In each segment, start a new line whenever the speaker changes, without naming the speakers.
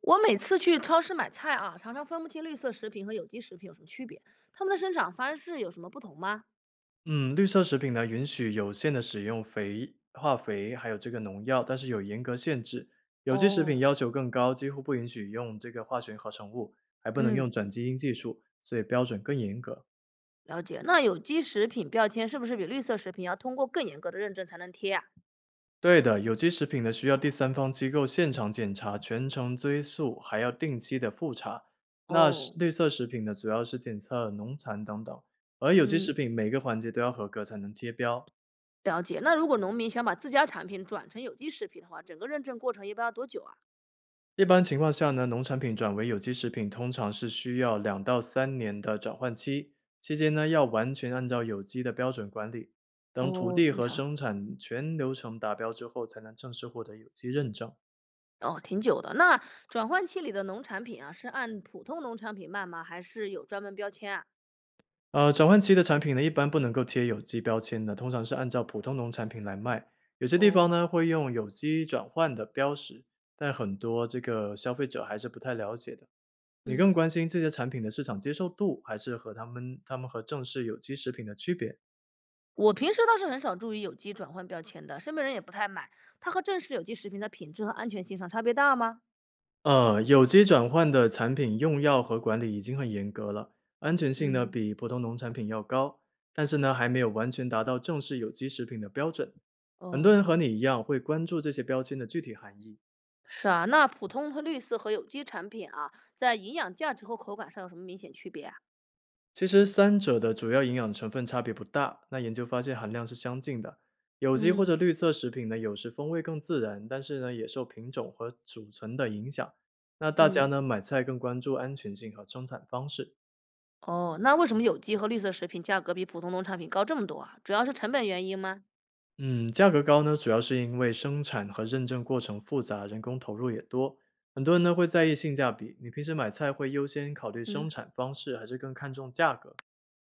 我每次去超市买菜啊，常常分不清绿色食品和有机食品有什么区别，它们的生长方式有什么不同吗？
嗯，绿色食品呢，允许有限的使用肥、化肥，还有这个农药，但是有严格限制。有机食
哦。
品要求更高，几乎不允许用这个化学合成物，还不能
嗯。
用转基因技术，所以标准更严格。
了解。那有机食品标签是不是比绿色食品要通过更严格的认证才能贴啊？
对的，有机食品呢需要第三方机构现场检查、全程追溯，还要定期的复查。那是
哦。
绿色食品呢，主要是检测农残等等，而有机食
嗯。
品每个环节都要合格才能贴标。
了解。那如果农民想把自家产品转成有机食品的话，整个认证过程一般要多久啊？
一般情况下呢，农产品转为有机食品通常是需要2到3年的转换期，期间呢要完全按照有机的标准管理，等土
哦，
地
这么
和
长。
生产全流程达标之后，才能正式获得有机认证。
哦，挺久的。那转换期里的农产品啊，是按普通农产品卖吗？还是有专门标签啊？
转换期的产品呢，一般不能够贴有机标签的，通常是按照普通农产品来卖。有些地方
哦。
呢会用有机转换的标识，但很多这个消费者还是不太了解的。你更
嗯。
关心这些产品的市场接受度，还是和他们和正式有机食品的区别？
我平时倒是很少注意有机转换标签的，身边人也不太买。它和正式有机食品在品质和安全性上差别大吗？
有机转换的产品用药和管理已经很严格了，安全性呢
嗯。
比普通农产品要高，但是呢还没有完全达到正式有机食品的标准。很多
哦。
人和你一样会关注这些标签的具体含义，
是啊，那普通和绿色和有机产品啊，在营养价值和口感上有什么明显区别啊？
其实三者的主要营养成分差别不大，那研究发现含量是相近的。有机或者
嗯
绿色食品呢，有时风味更自然，但是呢，也受品种和储存的影响。那大家
嗯。
呢，买菜更关注安全性和生产方式。
哦，那为什么有机和绿色食品价格比普通农产品高这么多啊？主要是成本原因吗？
嗯，价格高呢，主要是因为生产和认证过程复杂，人工投入也多。很多人呢会在意性价比。你平时买菜会优先考虑生
嗯，
产方式，还是更看重价格？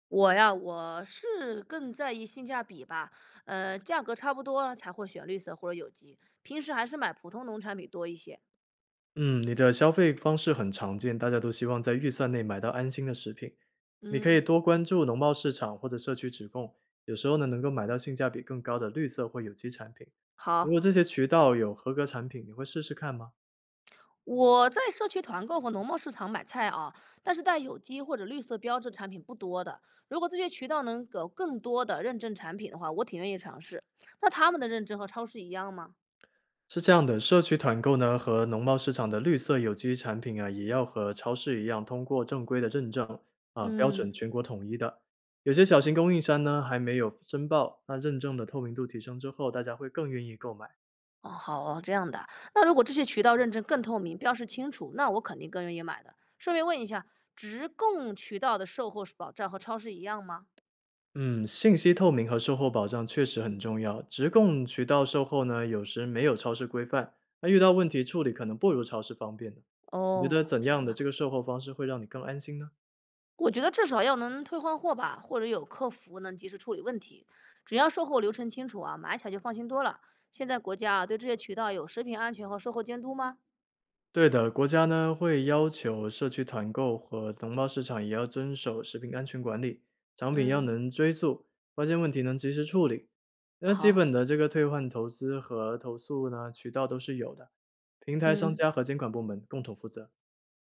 我呀，我是更在意性价比吧，价格差不多才会选绿色或者有机，平时还是买普通农产品多一些。
嗯，你的消费方式很常见，大家都希望在预算内买到安心的食品。你可以
嗯。
多关注农贸市场或者社区直供，有时候呢能够买到性价比更高的绿色或有机产品。如果
好。
这些渠道有合格产品，你会试试看吗？
我在社区团购和农贸市场买菜啊，但是带有机或者绿色标志产品不多的。如果这些渠道能有更多的认证产品的话，我挺愿意尝试。那他们的认证和超市一样吗？
是这样的，社区团购呢和农贸市场的绿色有机产品啊，也要和超市一样通过正规的认证啊，标准
嗯。
全国统一的。有些小型供应商呢还没有申报，那认证的透明度提升之后，大家会更愿意购买。
哦，好哦，这样的。那如果这些渠道认证更透明、标识清楚，那我肯定更愿意买的。顺便问一下，直供渠道的售后保障和超市一样吗？
嗯，信息透明和售后保障确实很重要。直供渠道售后呢，有时没有超市规范，那遇到问题处理可能不如超市方便的。你觉得
哦，
怎
这
样
样
的
的。
这个售后方式会让你更安心呢？
我觉得至少要能退换货吧，或者有客服能及时处理问题。只要售后流程清楚啊，买起来就放心多了。现在国家啊对这些渠道有食品安全和售后监督吗？
对的，国家呢会要求社区团购和农贸市场也要遵守食品安全管理，产品要
嗯。
能追溯，发现问题能及时处理。那基
好。
本的这个退换投资和投诉呢，渠道都是有的，平台商
嗯。
家和监管部门共同负责。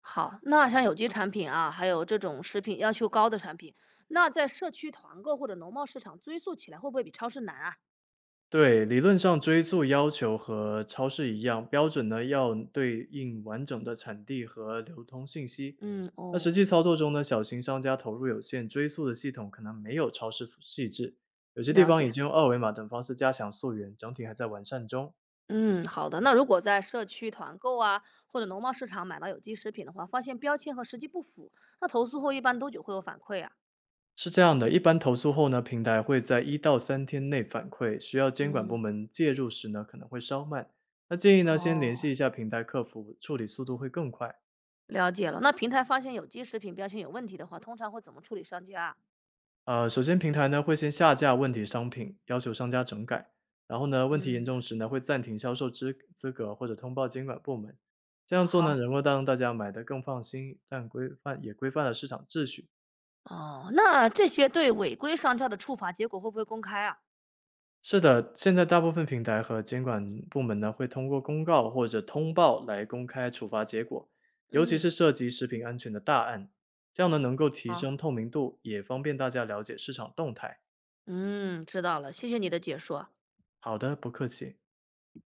好。那像有机产品啊，还有这种食品要求高的产品，那在社区团购或者农贸市场追溯起来会不会比超市难啊？
对，理论上追溯要求和超市一样，标准呢要对应完整的产地和流通信息。
嗯。
那实
哦。
际操作中呢，小型商家投入有限，追溯的系统可能没有超市细致，有些地
了
方已
解。
经用二维码等方式加强溯源，整体还在完善中。
嗯，好的。那如果在社区团购啊，或者农贸市场买到有机食品的话，发现标签和实际不符，那投诉后一般多久会有反馈啊？
是这样的，一般投诉后呢，平台会在1到3天内反馈，需要监管部
嗯。
门介入时呢，可能会稍慢。那建议呢，先联
哦，
系一下平台客服，处理速度会更快。
了解了。那平台发现有机食品标签有问题的话，通常会怎么处理商家啊？
首先平台呢会先下架问题商品，要求商家整改，然后呢，问题严
嗯。
重时呢会暂停销售资格或者通报监管部门。这样做
好。
呢，能够让大家买得更放心，但规范也规范了市场秩序。
哦，那这些对违规商家的处罚结果会不会公开啊？
是的，现在大部分平台和监管部门呢会通过公告或者通报来公开处罚结果，尤其是
嗯。
涉及食品安全的大案，这样呢能够提
好。
升透明度，也方便大家了解市场动态。
嗯，知道了，谢谢你的解说。
好的，不客气。